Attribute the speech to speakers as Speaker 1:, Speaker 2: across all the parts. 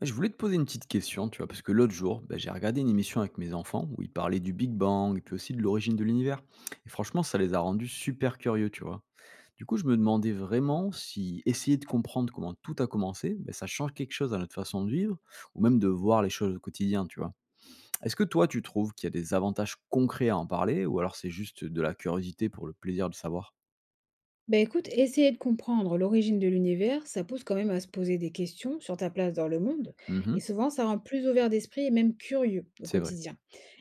Speaker 1: Ouais, je voulais te poser une petite question, tu vois, parce que l'autre jour, ben, j'ai regardé une émission avec mes enfants où ils parlaient du Big Bang et puis aussi de l'origine de l'univers. Et franchement, ça les a rendus super curieux, tu vois. Du coup, je me demandais vraiment si essayer de comprendre comment tout a commencé, ben, ça change quelque chose à notre façon de vivre ou même de voir les choses au quotidien, tu vois. Est-ce que toi, tu trouves qu'il y a des avantages concrets à en parler ou alors c'est juste de la curiosité pour le plaisir de savoir?
Speaker 2: Ben écoute, essayer de comprendre l'origine de l'univers, ça pousse quand même à se poser des questions sur ta place dans le monde,
Speaker 1: Mhm.
Speaker 2: et souvent ça rend plus ouvert d'esprit et même curieux au
Speaker 1: C'est vrai,
Speaker 2: quotidien.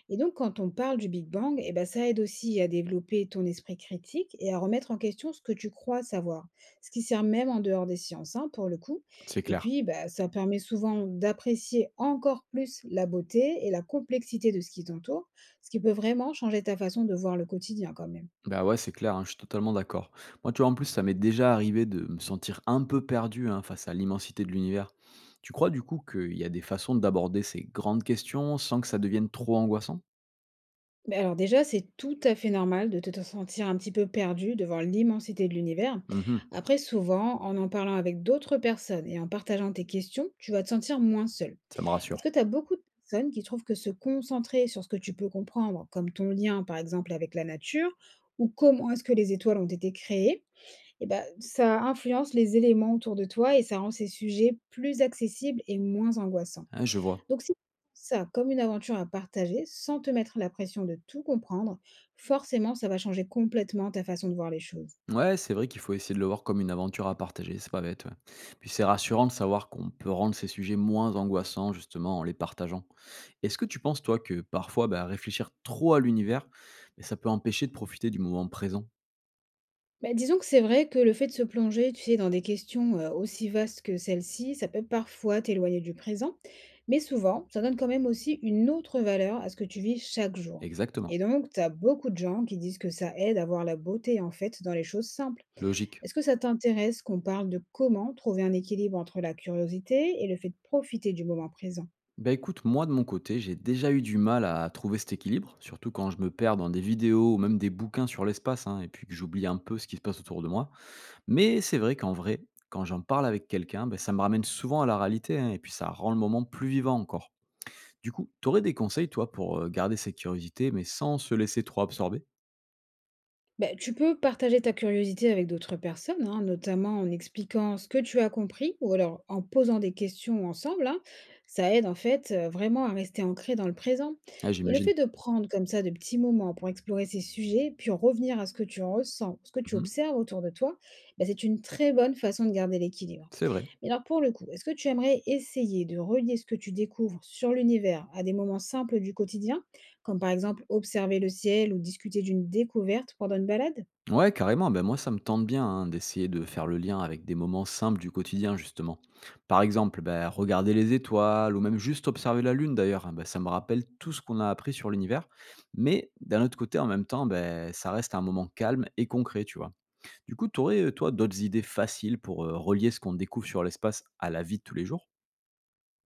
Speaker 2: Et donc quand on parle du Big Bang, eh ben, ça aide aussi à développer ton esprit critique et à remettre en question ce que tu crois savoir, ce qui sert même en dehors des sciences, hein, pour le coup.
Speaker 1: c'est
Speaker 2: Et
Speaker 1: clair.
Speaker 2: puis bah, ça permet souvent d'apprécier encore plus la beauté et la complexité de ce qui t'entoure, ce qui peut vraiment changer ta façon de voir le quotidien quand même.
Speaker 1: Bah, ouais, c'est clair, hein, je suis totalement d'accord. Moi, tu vois, en plus, ça m'est déjà arrivé de me sentir un peu perdu, hein, face à l'immensité de l'univers. Tu crois, du coup, qu'il y a des façons d'aborder ces grandes questions sans que ça devienne trop angoissant?
Speaker 2: Beh, alors déjà, c'est tout à fait normal de te sentir un petit peu perdu devant l'immensité de l'univers.
Speaker 1: Mhm.
Speaker 2: Après, souvent, en parlant avec d'autres personnes et en partageant tes questions, tu vas te sentir moins seul.
Speaker 1: Ça me
Speaker 2: Parce
Speaker 1: rassure.
Speaker 2: que tu as beaucoup de personnes qui trouvent que se concentrer sur ce que tu peux comprendre, comme ton lien par exemple avec la nature, ou comment est-ce que les étoiles ont été créées, eh ben, ça influence les éléments autour de toi et ça rend ces sujets plus accessibles et moins angoissants.
Speaker 1: Hein, je vois.
Speaker 2: Donc, si tu prends ça comme une aventure à partager, sans te mettre la pression de tout comprendre, forcément, ça va changer complètement ta façon de voir les choses.
Speaker 1: Ouais, c'est vrai qu'il faut essayer de le voir comme une aventure à partager, c'est pas bête. Ouais. Puis c'est rassurant de savoir qu'on peut rendre ces sujets moins angoissants justement en les partageant. Est-ce que tu penses, toi, que parfois, bah, réfléchir trop à l'univers, mais ça peut empêcher de profiter du moment présent?
Speaker 2: Bah, disons que c'est vrai que le fait de se plonger, tu sais, dans des questions aussi vastes que celle-ci, ça peut parfois t'éloigner du présent, mais souvent, ça donne quand même aussi une autre valeur à ce que tu vis chaque jour.
Speaker 1: Exactement.
Speaker 2: Et donc, tu as beaucoup de gens qui disent que ça aide à voir la beauté, en fait, dans les choses simples.
Speaker 1: Logique.
Speaker 2: Est-ce que ça t'intéresse qu'on parle de comment trouver un équilibre entre la curiosité et le fait de profiter du moment présent?
Speaker 1: Bah écoute, moi de mon côté, j'ai déjà eu du mal à trouver cet équilibre, surtout quand je me perds dans des vidéos ou même des bouquins sur l'espace, hein, et puis que j'oublie un peu ce qui se passe autour de moi. Mais c'est vrai qu'en vrai, quand j'en parle avec quelqu'un, bah, ça me ramène souvent à la réalité, hein, et puis ça rend le moment plus vivant encore. Du coup, t'aurais des conseils, toi, pour garder cette curiosité, mais sans se laisser trop absorber?
Speaker 2: Ben, tu peux partager ta curiosité avec d'autres personnes, hein, notamment en expliquant ce que tu as compris ou alors en posant des questions ensemble. Hein. Ça aide en fait vraiment à rester ancré dans le présent.
Speaker 1: Ah,
Speaker 2: Et le
Speaker 1: j'imagine.
Speaker 2: fait de prendre comme ça de petits moments pour explorer ces sujets, puis en revenir à ce que tu ressens, ce que tu
Speaker 1: Mhm,
Speaker 2: observes autour de toi, bah, c'est une très bonne façon de garder l'équilibre.
Speaker 1: c'est vrai.
Speaker 2: Mais alors pour le coup, est-ce que tu aimerais essayer de relier ce que tu découvres sur l'univers à des moments simples du quotidien comme par exemple observer le ciel ou discuter d'une découverte pendant une balade?
Speaker 1: Ouais, carrément. Ben moi, ça me tente bien, hein, d'essayer de faire le lien avec des moments simples du quotidien, justement. Par exemple, ben, regarder les étoiles ou même juste observer la Lune, d'ailleurs, hein, ben, ça me rappelle tout ce qu'on a appris sur l'univers. Mais d'un autre côté, en même temps, ben, ça reste un moment calme et concret, tu vois. Du coup, tu aurais, toi, d'autres idées faciles pour relier ce qu'on découvre sur l'espace à la vie de tous les jours?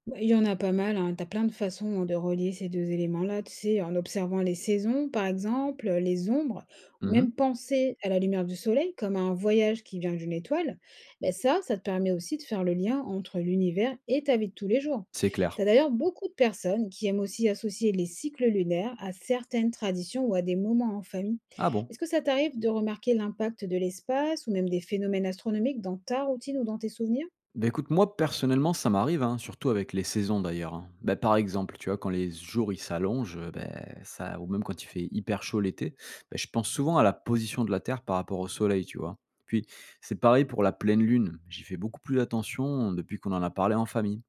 Speaker 2: Bah, il y en a pas mal, hein. Tu as plein de façons hein, de relier ces 2 éléments-là, tu sais, en observant les saisons, par exemple, les ombres, ou
Speaker 1: Mhm.
Speaker 2: même penser à la lumière du soleil comme à un voyage qui vient d'une étoile. Ben ça te permet aussi de faire le lien entre l'univers et ta vie de tous les jours.
Speaker 1: C'est
Speaker 2: Tu
Speaker 1: clair.
Speaker 2: as d'ailleurs beaucoup de personnes qui aiment aussi associer les cycles lunaires à certaines traditions ou à des moments en famille.
Speaker 1: Ah bon?
Speaker 2: Est-ce que ça t'arrive de remarquer l'impact de l'espace ou même des phénomènes astronomiques dans ta routine ou dans tes souvenirs?
Speaker 1: Bah, écoute, moi, personnellement, ça m'arrive, hein, surtout avec les saisons d'ailleurs, hein. Bah, par exemple, tu vois, quand les jours ils s'allongent, beh, ça ou même quand il fait hyper chaud l'été, bah, je pense souvent à la position de la Terre par rapport au soleil, tu vois? Puis c'est pareil pour la pleine lune, j'y fais beaucoup plus attention depuis qu'on en a parlé en famille.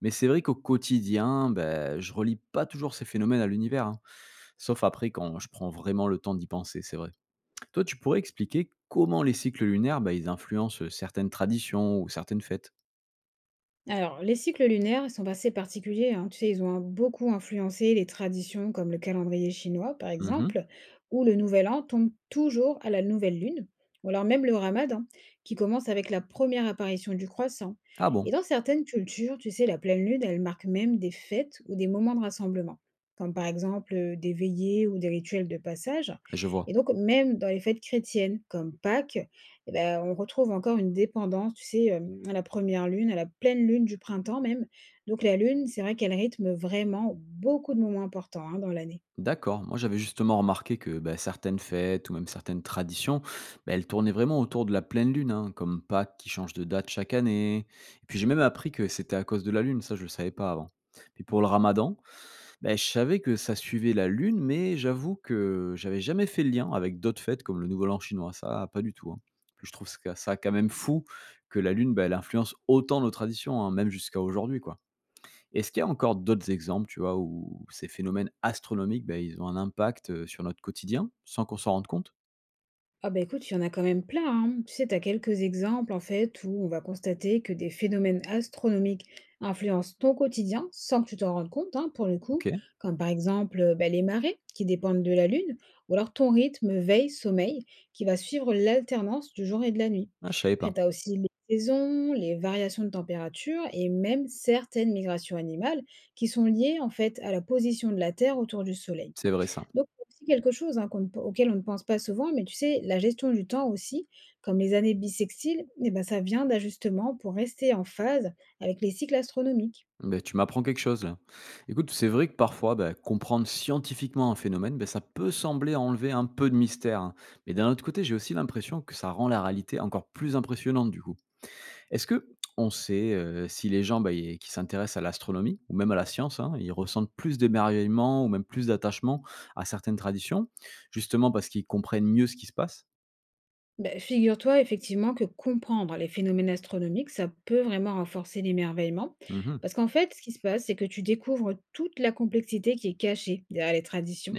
Speaker 1: Mais c'est vrai qu'au quotidien, bah, je relie pas toujours ces phénomènes à l'univers, hein, sauf après quand je prends vraiment le temps d'y penser, c'est vrai. Toi, tu pourrais expliquer comment les cycles lunaires, bah, ils influencent certaines traditions ou certaines fêtes?
Speaker 2: Alors, les cycles lunaires ils sont assez particuliers, hein. Tu sais, ils ont beaucoup influencé les traditions comme le calendrier chinois, par
Speaker 1: Mmh.
Speaker 2: exemple, où le nouvel an tombe toujours à la nouvelle lune, ou alors même le ramadan, qui commence avec la première apparition du croissant.
Speaker 1: Ah
Speaker 2: Et
Speaker 1: bon?
Speaker 2: dans certaines cultures, tu sais, la pleine lune, elle marque même des fêtes ou des moments de rassemblement, comme par exemple des veillées ou des rituels de passage.
Speaker 1: Je
Speaker 2: Et
Speaker 1: vois.
Speaker 2: donc, même dans les fêtes chrétiennes, comme Pâques, et bah, on retrouve encore une dépendance, tu sais, à la première lune, à la pleine lune du printemps même. Donc la lune, c'est vrai qu'elle rythme vraiment beaucoup de moments importants, hein, dans l'année.
Speaker 1: D'accord. Moi, j'avais justement remarqué que bah, certaines fêtes ou même certaines traditions, bah, elles tournaient vraiment autour de la pleine lune, hein, comme Pâques qui change de date chaque année. Et puis j'ai même appris que c'était à cause de la lune, ça je ne le savais pas avant. Puis pour le ramadan, bah, je savais que ça suivait la lune, mais j'avoue que j'avais jamais fait le lien avec d'autres fêtes comme le Nouvel An chinois, ça pas du tout, hein. Puis je trouve ça quand même fou que la lune, bah, elle influence autant nos traditions, hein, même jusqu'à aujourd'hui, quoi. Est-ce qu'il y a encore d'autres exemples, tu vois, où ces phénomènes astronomiques, ben, ils ont un impact, sur notre quotidien sans qu'on s'en rende compte?
Speaker 2: Ah bah écoute, il y en a quand même plein, hein. Tu sais, tu as quelques exemples en fait où on va constater que des phénomènes astronomiques influencent ton quotidien sans que tu t'en rendes compte, hein, pour le coup,
Speaker 1: OK.
Speaker 2: comme par exemple bah, les marées qui dépendent de la Lune, ou alors ton rythme veille-sommeil qui va suivre l'alternance du jour et de la nuit.
Speaker 1: Ah, je savais
Speaker 2: Après,
Speaker 1: pas.
Speaker 2: tu as aussi les saisons, les variations de température et même certaines migrations animales qui sont liées en fait à la position de la Terre autour du Soleil.
Speaker 1: C'est vrai ça.
Speaker 2: Donc c'est aussi quelque chose, hein, qu'on ne pe auquel on ne pense pas souvent, mais tu sais, la gestion du temps aussi, comme les années bissextiles, eh ben, ça vient d'ajustements pour rester en phase avec les cycles astronomiques.
Speaker 1: Ben, tu m'apprends quelque chose là. Écoute, c'est vrai que parfois, ben, comprendre scientifiquement un phénomène, ben, ça peut sembler enlever un peu de mystère, hein. Mais d'un autre côté, j'ai aussi l'impression que ça rend la réalité encore plus impressionnante du coup. Est-ce que on sait, si les gens, bah, ils qui s'intéressent à l'astronomie ou même à la science, hein, ils ressentent plus d'émerveillement ou même plus d'attachement à certaines traditions, justement parce qu'ils comprennent mieux ce qui se passe?
Speaker 2: Bah, figure-toi effectivement que comprendre les phénomènes astronomiques, ça peut vraiment renforcer l'émerveillement.
Speaker 1: Mmh.
Speaker 2: Parce qu'en fait, ce qui se passe, c'est que tu découvres toute la complexité qui est cachée derrière les traditions.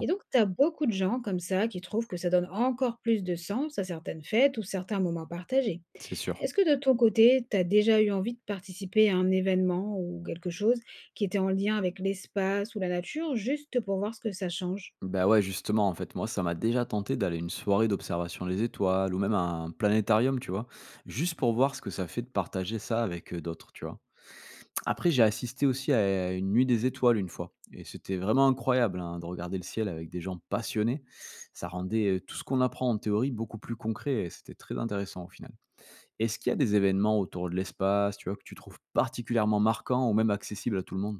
Speaker 2: Et donc, tu as beaucoup de gens comme ça qui trouvent que ça donne encore plus de sens à certaines fêtes ou certains moments partagés.
Speaker 1: c'est sûr.
Speaker 2: Est-ce que de ton côté, tu as déjà eu envie de participer à un événement ou quelque chose qui était en lien avec l'espace ou la nature, juste pour voir ce que ça change?
Speaker 1: Bah, ouais, justement, en fait, moi, ça m'a déjà tenté d'aller à une soirée d'observation des étoiles ou même à un planétarium, tu vois? Juste pour voir ce que ça fait de partager ça avec, d'autres, tu vois? Après, j'ai assisté aussi à une nuit des étoiles une fois et c'était vraiment incroyable, hein, de regarder le ciel avec des gens passionnés. Ça rendait, tout ce qu'on apprend en théorie beaucoup plus concret et c'était très intéressant au final. Est-ce qu'il y a des événements autour de l'espace, tu vois, que tu trouves particulièrement marquants ou même accessibles à tout le monde?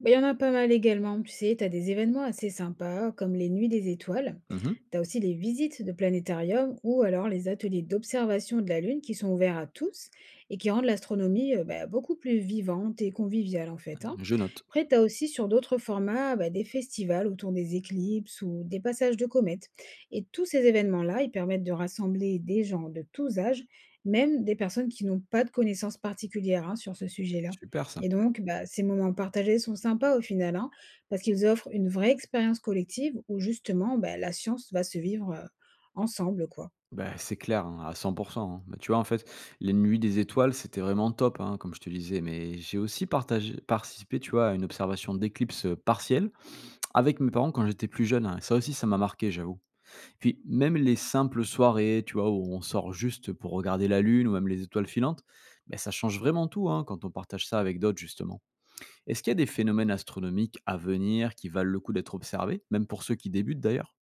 Speaker 2: Bah, il y en a pas mal également. Tu sais, tu as des événements assez sympas comme les Nuits des étoiles.
Speaker 1: Mmh.
Speaker 2: Tu as aussi les visites de planétarium ou alors les ateliers d'observation de la Lune qui sont ouverts à tous et qui rendent l'astronomie bah, beaucoup plus vivante et conviviale en fait. Hein.
Speaker 1: Je note.
Speaker 2: Après, tu as aussi sur d'autres formats bah, des festivals autour des éclipses ou des passages de comètes. Et tous ces événements-là, ils permettent de rassembler des gens de tous âges, même des personnes qui n'ont pas de connaissances particulières hein, sur ce sujet-là.
Speaker 1: Super ça.
Speaker 2: Et donc, bah, ces moments partagés sont sympas au final, hein, parce qu'ils offrent une vraie expérience collective où justement bah, la science va se vivre ensemble, quoi.
Speaker 1: Ben c'est clair, hein, à 100, hein. Bah, tu vois, en fait, les nuits des étoiles, c'était vraiment top, hein, comme je te disais, mais j'ai aussi partagé participé, tu vois, à une observation d'éclipse partielle avec mes parents quand j'étais plus jeune, hein, ça aussi ça m'a marqué j'avoue. Puis même les simples soirées, tu vois, où on sort juste pour regarder la lune ou même les étoiles filantes, ben, ça change vraiment tout, hein, quand on partage ça avec d'autres justement. Est-ce qu'il y a des phénomènes astronomiques à venir qui valent le coup d'être observés, même pour ceux qui débutent d'ailleurs?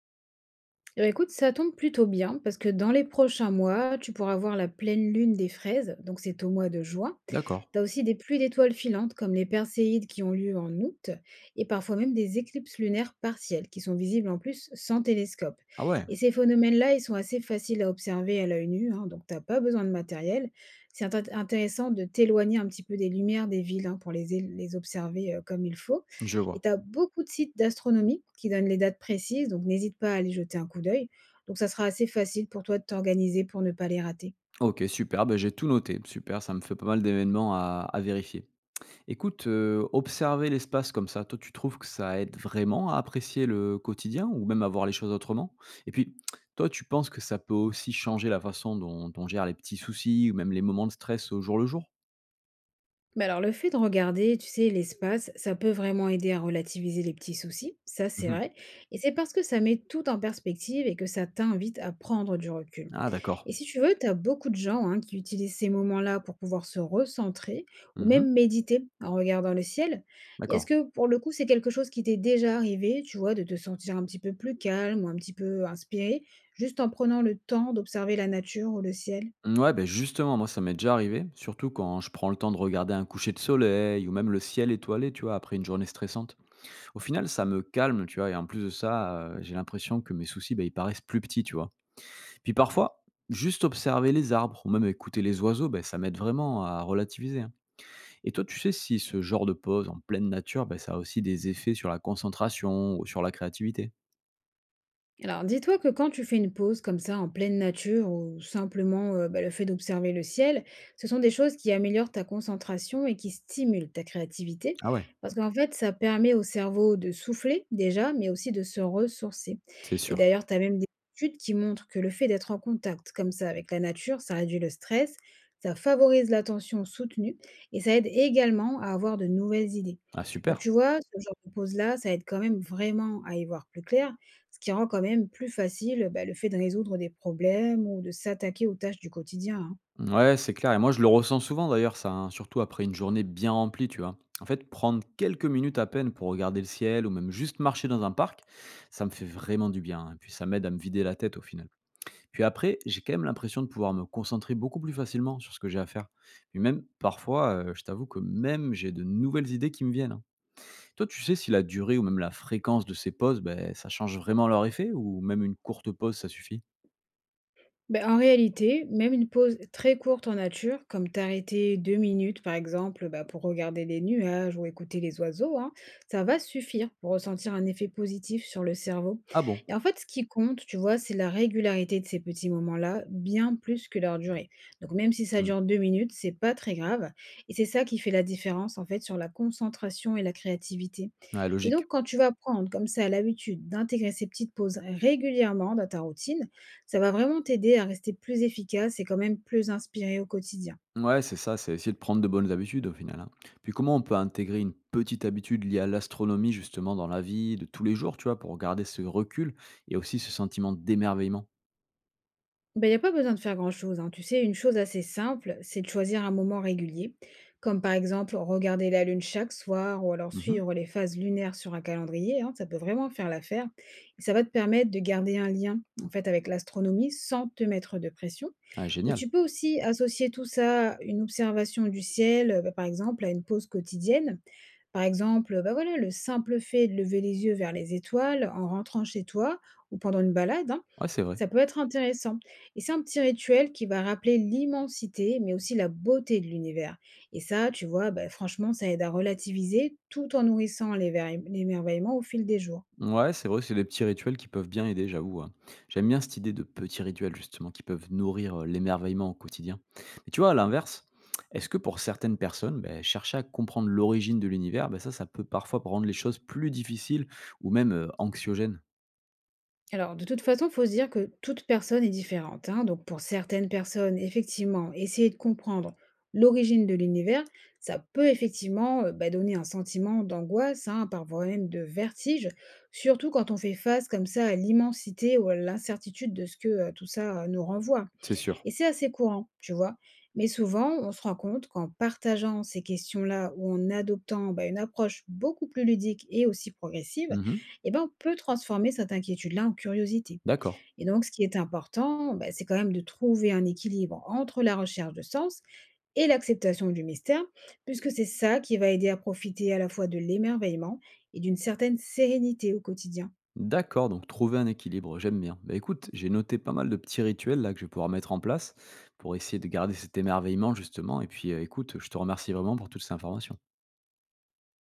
Speaker 2: Eh ben, écoute, ça tombe plutôt bien parce que dans les prochains mois, tu pourras voir la pleine lune des fraises, donc c'est au mois de juin,
Speaker 1: D'accord.
Speaker 2: T'as aussi des pluies d'étoiles filantes comme les Perséides qui ont lieu en août et parfois même des éclipses lunaires partielles qui sont visibles en plus sans télescope.
Speaker 1: Ah ouais,
Speaker 2: Et ces phénomènes-là, ils sont assez faciles à observer à l'œil nu, hein, donc t'as pas besoin de matériel. C'est intéressant de t'éloigner un petit peu des lumières des villes hein, pour les observer comme il faut.
Speaker 1: je
Speaker 2: Et
Speaker 1: vois.
Speaker 2: t'as beaucoup de sites d'astronomie qui donnent les dates précises, donc n'hésite pas à aller jeter un coup d'œil. Donc ça sera assez facile pour toi de t'organiser pour ne pas les rater.
Speaker 1: Ok, super, ben, j'ai tout noté. Super, ça me fait pas mal d'événements à vérifier. Écoute, observer l'espace comme ça, toi, tu trouves que ça aide vraiment à apprécier le quotidien ou même à voir les choses autrement? Et puis, toi, tu penses que ça peut aussi changer la façon dont on gère les petits soucis ou même les moments de stress au jour le jour?
Speaker 2: Mais alors le fait de regarder, tu sais, l'espace, ça peut vraiment aider à relativiser les petits soucis, ça c'est
Speaker 1: Mmh.
Speaker 2: vrai, et c'est parce que ça met tout en perspective et que ça t'invite à prendre du recul.
Speaker 1: Ah d'accord.
Speaker 2: Et si tu veux, tu as beaucoup de gens hein, qui utilisent ces moments-là pour pouvoir se recentrer ou
Speaker 1: Mmh.
Speaker 2: même méditer en regardant le ciel. Et est-ce
Speaker 1: D'accord.
Speaker 2: que pour le coup c'est quelque chose qui t'est déjà arrivé, tu vois, de te sentir un petit peu plus calme ou un petit peu inspiré, juste en prenant le temps d'observer la nature ou le ciel?
Speaker 1: Ouais, ben justement, moi, ça m'est déjà arrivé, surtout quand je prends le temps de regarder un coucher de soleil ou même le ciel étoilé, tu vois, après une journée stressante. Au final, ça me calme, tu vois? Et en plus de ça, j'ai l'impression que mes soucis, ben, ils paraissent plus petits, tu vois? Puis parfois, juste observer les arbres ou même écouter les oiseaux, ben, ça m'aide vraiment à relativiser, hein. Et toi, tu sais si ce genre de pause en pleine nature, ben, ça a aussi des effets sur la concentration ou sur la créativité?
Speaker 2: Alors, dis-toi que quand tu fais une pause comme ça en pleine nature ou simplement bah, le fait d'observer le ciel, ce sont des choses qui améliorent ta concentration et qui stimulent ta créativité
Speaker 1: Ah ouais,
Speaker 2: parce qu'en fait, ça permet au cerveau de souffler déjà, mais aussi de se ressourcer.
Speaker 1: c'est
Speaker 2: Et
Speaker 1: sûr.
Speaker 2: d'ailleurs, tu as même des études qui montrent que le fait d'être en contact comme ça avec la nature, ça réduit le stress, ça favorise l'attention soutenue et ça aide également à avoir de nouvelles idées.
Speaker 1: Ah
Speaker 2: Donc,
Speaker 1: super.
Speaker 2: tu vois, ce genre de pause-là, ça aide quand même vraiment à y voir plus clair ce qui rend quand même plus facile, bah, le fait de résoudre des problèmes ou de s'attaquer aux tâches du quotidien, hein.
Speaker 1: Ouais, c'est clair. Et moi, je le ressens souvent d'ailleurs, ça, hein, surtout après une journée bien remplie, tu vois. En fait, prendre quelques minutes à peine pour regarder le ciel ou même juste marcher dans un parc, ça me fait vraiment du bien, hein. Et puis ça m'aide à me vider la tête au final. Puis après, j'ai quand même l'impression de pouvoir me concentrer beaucoup plus facilement sur ce que j'ai à faire. Et même parfois, je t'avoue que même j'ai de nouvelles idées qui me viennent, hein. Toi, tu sais si la durée ou même la fréquence de ces pauses, ben ça change vraiment leur effet ou même une courte pause, ça suffit?
Speaker 2: Beh, en réalité, même une pause très courte en nature, comme t'arrêter 2 minutes par exemple, bah, pour regarder les nuages ou écouter les oiseaux, hein, ça va suffire pour ressentir un effet positif sur le cerveau.
Speaker 1: Ah bon?
Speaker 2: Et en fait, ce qui compte, tu vois, c'est la régularité de ces petits moments-là, bien plus que leur durée. Donc même si ça
Speaker 1: Mmh.
Speaker 2: dure 2 minutes, c'est pas très grave. Et c'est ça qui fait la différence en fait sur la concentration et la créativité.
Speaker 1: Ouais,
Speaker 2: Et
Speaker 1: logique.
Speaker 2: donc, quand tu vas prendre comme ça l'habitude d'intégrer ces petites pauses régulièrement dans ta routine, ça va vraiment t'aider à rester plus efficace et quand même plus inspiré au quotidien.
Speaker 1: Ouais, c'est ça, c'est essayer de prendre de bonnes habitudes au final, hein. Puis comment on peut intégrer une petite habitude liée à l'astronomie justement dans la vie de tous les jours, tu vois, pour garder ce recul et aussi ce sentiment d'émerveillement?
Speaker 2: Ben, il n'y a pas besoin de faire grand-chose. Hein. Tu sais, une chose assez simple, c'est de choisir un moment régulier, comme par exemple regarder la lune chaque soir ou alors
Speaker 1: Mmh.
Speaker 2: suivre les phases lunaires sur un calendrier. Hein. Ça peut vraiment faire l'affaire. Et ça va te permettre de garder un lien en fait avec l'astronomie sans te mettre de pression.
Speaker 1: Ah
Speaker 2: Et
Speaker 1: génial.
Speaker 2: tu peux aussi associer tout ça, une observation du ciel, ben, par exemple, à une pause quotidienne. Par exemple, bah, voilà, le simple fait de lever les yeux vers les étoiles en rentrant chez toi ou pendant une balade, hein,
Speaker 1: Ouais, c'est vrai.
Speaker 2: ça peut être intéressant. Et c'est un petit rituel qui va rappeler l'immensité, mais aussi la beauté de l'univers. Et ça, tu vois, bah, franchement, ça aide à relativiser tout en nourrissant l'émerveillement au fil des jours.
Speaker 1: Ouais, c'est vrai, c'est des petits rituels qui peuvent bien aider, j'avoue, hein. J'aime bien cette idée de petits rituels, justement, qui peuvent nourrir l'émerveillement au quotidien. Mais tu vois, à l'inverse, est-ce que pour certaines personnes, ben, chercher à comprendre l'origine de l'univers, ben ça peut parfois rendre les choses plus difficiles ou même anxiogènes?
Speaker 2: Alors, de toute façon, il faut se dire que toute personne est différente, hein. Donc, pour certaines personnes, effectivement, essayer de comprendre l'origine de l'univers, ça peut effectivement bah, donner un sentiment d'angoisse, hein, parfois même de vertige, surtout quand on fait face comme ça à l'immensité ou à l'incertitude de ce que tout ça nous renvoie.
Speaker 1: C'est sûr.
Speaker 2: Et c'est assez courant, tu vois. Mais souvent, on se rend compte qu'en partageant ces questions-là ou en adoptant bah, une approche beaucoup plus ludique et aussi progressive,
Speaker 1: Mhm.
Speaker 2: eh ben, on peut transformer cette inquiétude-là en curiosité.
Speaker 1: D'accord.
Speaker 2: Et donc, ce qui est important, bah, c'est quand même de trouver un équilibre entre la recherche de sens et l'acceptation du mystère, puisque c'est ça qui va aider à profiter à la fois de l'émerveillement et d'une certaine sérénité au quotidien.
Speaker 1: D'accord, donc trouver un équilibre, j'aime bien. Bah écoute, j'ai noté pas mal de petits rituels là que je vais pouvoir mettre en place pour essayer de garder cet émerveillement justement. Et puis écoute, je te remercie vraiment pour toutes ces informations.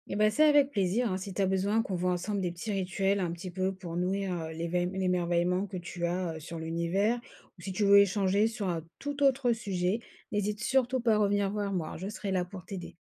Speaker 2: Eh ben, c'est avec plaisir, hein. Si tu as besoin qu'on voit ensemble des petits rituels un petit peu pour nourrir l'émerveillement que tu as sur l'univers, ou si tu veux échanger sur un tout autre sujet, n'hésite surtout pas à revenir voir moi, je serai là pour t'aider.